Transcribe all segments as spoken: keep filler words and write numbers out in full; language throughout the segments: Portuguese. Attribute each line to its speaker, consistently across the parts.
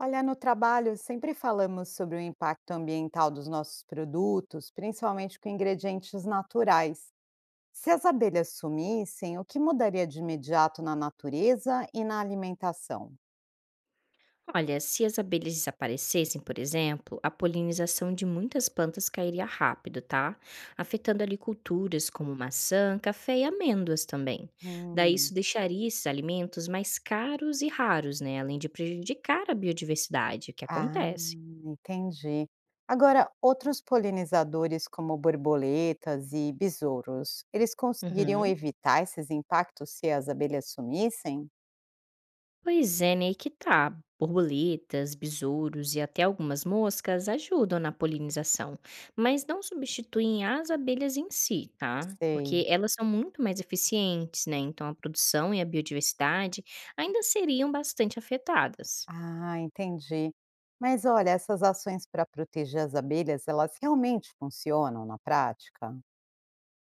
Speaker 1: Olha, no trabalho sempre falamos sobre o impacto ambiental dos nossos produtos, principalmente com ingredientes naturais. Se as abelhas sumissem, o que mudaria de imediato na natureza e na alimentação?
Speaker 2: Olha, se as abelhas desaparecessem, por exemplo, a polinização de muitas plantas cairia rápido, tá? Afetando ali culturas como maçã, café e amêndoas também. Daí
Speaker 1: Hum,
Speaker 2: isso deixaria esses alimentos mais caros e raros, né? Além de prejudicar a biodiversidade, o que
Speaker 1: ah,
Speaker 2: acontece.
Speaker 1: entendi. Agora, outros polinizadores como borboletas e besouros, eles conseguiriam
Speaker 2: Uhum.
Speaker 1: evitar esses impactos se as abelhas sumissem?
Speaker 2: Pois é, né? Aí que tá. Borboletas, besouros e até algumas moscas ajudam na polinização, mas não substituem as abelhas em si, tá?
Speaker 1: Sei.
Speaker 2: Porque elas são muito mais eficientes, né? Então a produção e a biodiversidade ainda seriam bastante afetadas.
Speaker 1: Ah, entendi. Mas olha, essas ações para proteger as abelhas, elas realmente funcionam na prática?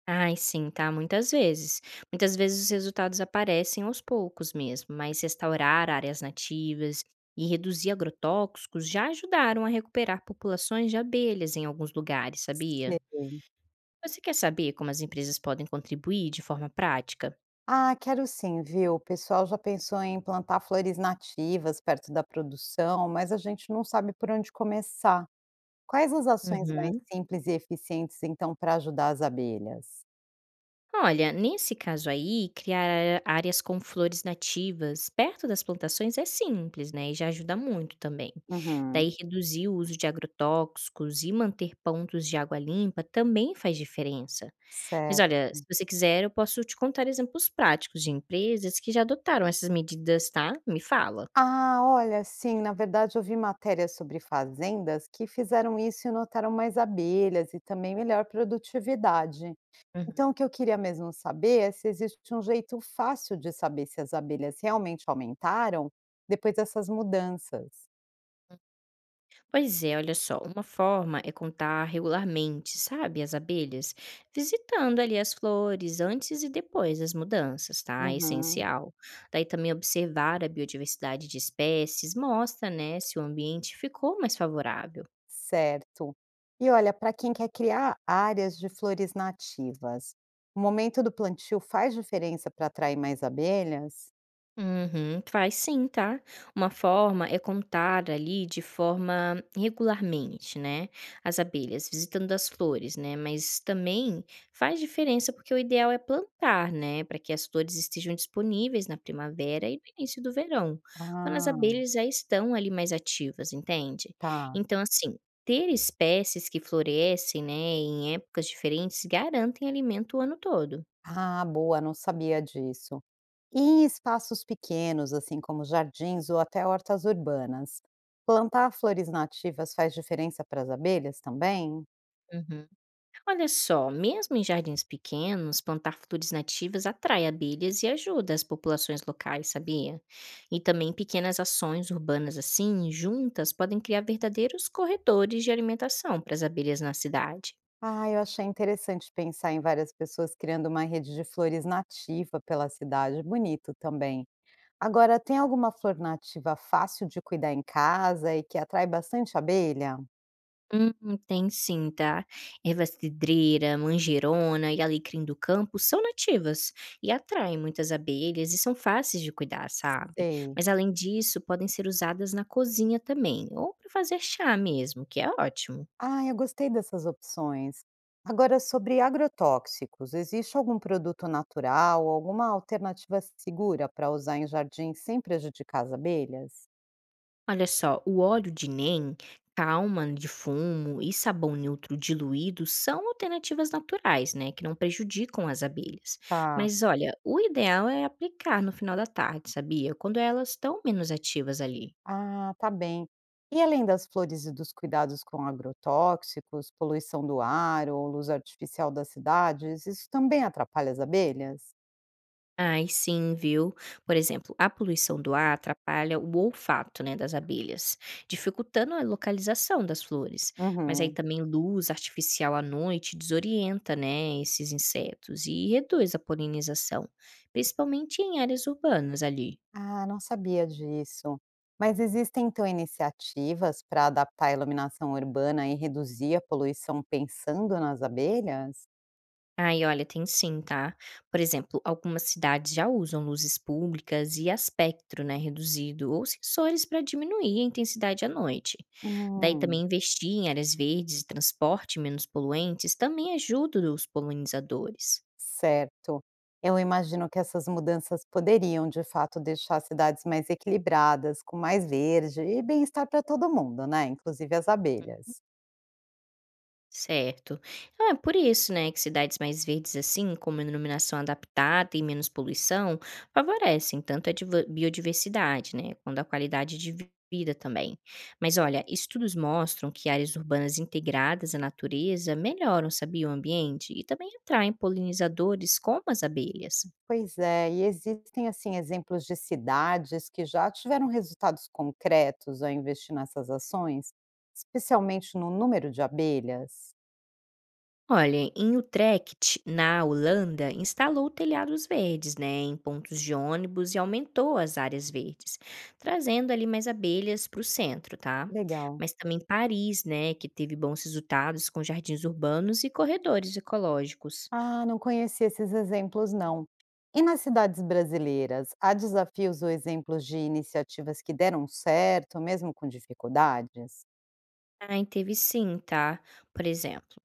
Speaker 2: Ai, sim, tá? Muitas vezes. Muitas vezes os resultados aparecem aos poucos mesmo, mas restaurar áreas nativas e reduzir agrotóxicos já ajudaram a recuperar populações de abelhas em alguns lugares, sabia?
Speaker 1: Sei.
Speaker 2: Você quer saber como as empresas podem contribuir de forma prática?
Speaker 1: Ah, quero sim, viu? O pessoal já pensou em plantar flores nativas perto da produção, mas a gente não sabe por onde começar. Quais as ações mais
Speaker 2: Uhum.
Speaker 1: simples e eficientes, então, para ajudar as abelhas?
Speaker 2: Olha, nesse caso aí, criar á- áreas com flores nativas perto das plantações é simples, né? E já ajuda muito também.
Speaker 1: Uhum,
Speaker 2: Daí, reduzir o uso de agrotóxicos e manter pontos de água limpa também faz diferença. Mas
Speaker 1: certo.
Speaker 2: olha, se você quiser, eu posso te contar exemplos práticos de empresas que já adotaram essas medidas, tá? Me fala.
Speaker 1: Ah, olha, sim, na verdade eu vi matérias sobre fazendas que fizeram isso e notaram mais abelhas e também melhor produtividade. Então, o que eu queria mesmo saber é se existe um jeito fácil de saber se as abelhas realmente aumentaram depois dessas mudanças.
Speaker 2: Pois é, olha só, uma forma é contar regularmente, sabe, as abelhas, visitando ali as flores antes e depois das mudanças, tá? É
Speaker 1: Uhum.
Speaker 2: essencial. Daí também observar a biodiversidade de espécies mostra, né, se o ambiente ficou mais favorável.
Speaker 1: Certo. E olha, para quem quer criar áreas de flores nativas, o momento do plantio faz diferença para atrair mais abelhas?
Speaker 2: Uhum, faz sim, tá? Uma forma é contar ali de forma regularmente, né? As abelhas, visitando as flores, né? Mas também faz diferença porque o ideal é plantar, né? Para que as flores estejam disponíveis na primavera e no início do verão, quando as
Speaker 1: Ah,
Speaker 2: abelhas já estão ali mais ativas, entende?
Speaker 1: tá.
Speaker 2: Então, assim. Ter espécies que florescem, né, em épocas diferentes, garantem alimento o ano todo.
Speaker 1: Ah, boa, não sabia disso. E em espaços pequenos, assim como jardins ou até hortas urbanas, plantar flores nativas faz diferença para as abelhas também?
Speaker 2: Uhum. Olha só, mesmo em jardins pequenos, plantar flores nativas atrai abelhas e ajuda as populações locais, sabia? E também pequenas ações urbanas assim, juntas, podem criar verdadeiros corredores de alimentação para as abelhas na cidade.
Speaker 1: Ah, eu achei interessante pensar em várias pessoas criando uma rede de flores nativa pela cidade, bonito também. Agora, tem alguma flor nativa fácil de cuidar em casa e que atrai bastante abelha?
Speaker 2: Hum, tem sim, tá? Erva cidreira, manjerona e alecrim do campo são nativas e atraem muitas abelhas e são fáceis de cuidar, sabe?
Speaker 1: Sei.
Speaker 2: Mas além disso, podem ser usadas na cozinha também, ou para fazer chá mesmo, que é ótimo.
Speaker 1: Ah, eu gostei dessas opções. Agora, sobre agrotóxicos, existe algum produto natural, alguma alternativa segura para usar em jardim sem prejudicar as abelhas?
Speaker 2: Olha só, o óleo de NEM, calma de fumo e sabão neutro diluído são alternativas naturais, né, que não prejudicam as abelhas.
Speaker 1: Tá.
Speaker 2: Mas olha, o ideal é aplicar no final da tarde, sabia? Quando elas estão menos ativas ali.
Speaker 1: Ah, tá bem. E além das flores e dos cuidados com agrotóxicos, poluição do ar ou luz artificial das cidades, isso também atrapalha as abelhas?
Speaker 2: Ai, sim, viu? Por exemplo, a poluição do ar atrapalha o olfato, né, das abelhas, dificultando a localização das flores. Mas aí
Speaker 1: Uhum.
Speaker 2: também luz artificial à noite desorienta, né, esses insetos e reduz a polinização, principalmente em áreas urbanas ali.
Speaker 1: Ah, não sabia disso. Mas existem então iniciativas para adaptar a iluminação urbana e reduzir a poluição pensando nas abelhas?
Speaker 2: Ai, olha, tem sim, tá? Por exemplo, algumas cidades já usam luzes públicas e aspecto, né, reduzido ou sensores para diminuir a intensidade à noite. Daí também
Speaker 1: Hum,
Speaker 2: investir em áreas verdes e transporte menos poluentes também ajuda os polinizadores.
Speaker 1: certo. Eu imagino que essas mudanças poderiam, de fato, deixar as cidades mais equilibradas, com mais verde e bem-estar para todo mundo, né? Inclusive as abelhas.
Speaker 2: Certo. Então é por isso, né, que cidades mais verdes assim, com uma iluminação adaptada e menos poluição, favorecem tanto a diva- biodiversidade, né, quanto a qualidade de vi- vida também. Mas olha, estudos mostram que áreas urbanas integradas à natureza melhoram, sabia, o ambiente e também atraem polinizadores como as abelhas.
Speaker 1: Pois é, e existem assim exemplos de cidades que já tiveram resultados concretos ao investir nessas ações, especialmente no número de abelhas?
Speaker 2: Olha, em Utrecht, na Holanda, instalou telhados verdes, né, em pontos de ônibus e aumentou as áreas verdes, trazendo ali mais abelhas para o centro, tá?
Speaker 1: Legal.
Speaker 2: Mas também Paris, né, que teve bons resultados com jardins urbanos e corredores ecológicos.
Speaker 1: Ah, não conheci esses exemplos não. E nas cidades brasileiras, há desafios ou exemplos de iniciativas que deram certo, mesmo com dificuldades?
Speaker 2: Ai, teve sim, tá. Por exemplo,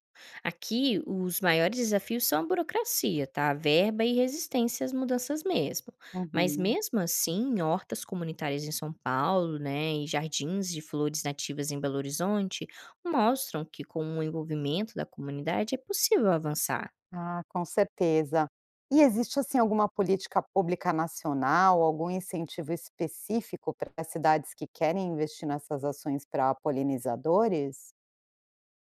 Speaker 2: aqui os maiores desafios são a burocracia, tá? A verba e resistência às mudanças mesmo. Mas
Speaker 1: Uhum.
Speaker 2: mesmo assim, hortas comunitárias em São Paulo, né, e jardins de flores nativas em Belo Horizonte mostram que com o envolvimento da comunidade é possível avançar.
Speaker 1: Ah, com certeza. E existe assim alguma política pública nacional, algum incentivo específico para as cidades que querem investir nessas ações para polinizadores?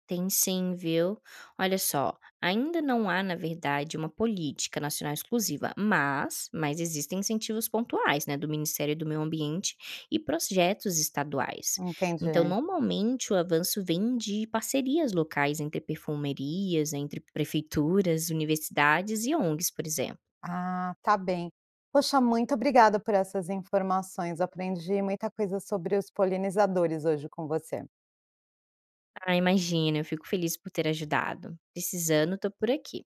Speaker 2: Tem sim, viu? Olha só, ainda não há, na verdade, uma política nacional exclusiva, mas, mas existem incentivos pontuais, né, do Ministério do Meio Ambiente e projetos estaduais. Então,
Speaker 1: Entendi.
Speaker 2: normalmente, o avanço vem de parcerias locais entre perfumerias, entre prefeituras, universidades e ONGs, por exemplo.
Speaker 1: Ah, tá bem. Poxa, muito obrigada por essas informações. Aprendi muita coisa sobre os polinizadores hoje com você.
Speaker 2: Ah, imagina, eu fico feliz por ter ajudado. Precisando, tô por aqui.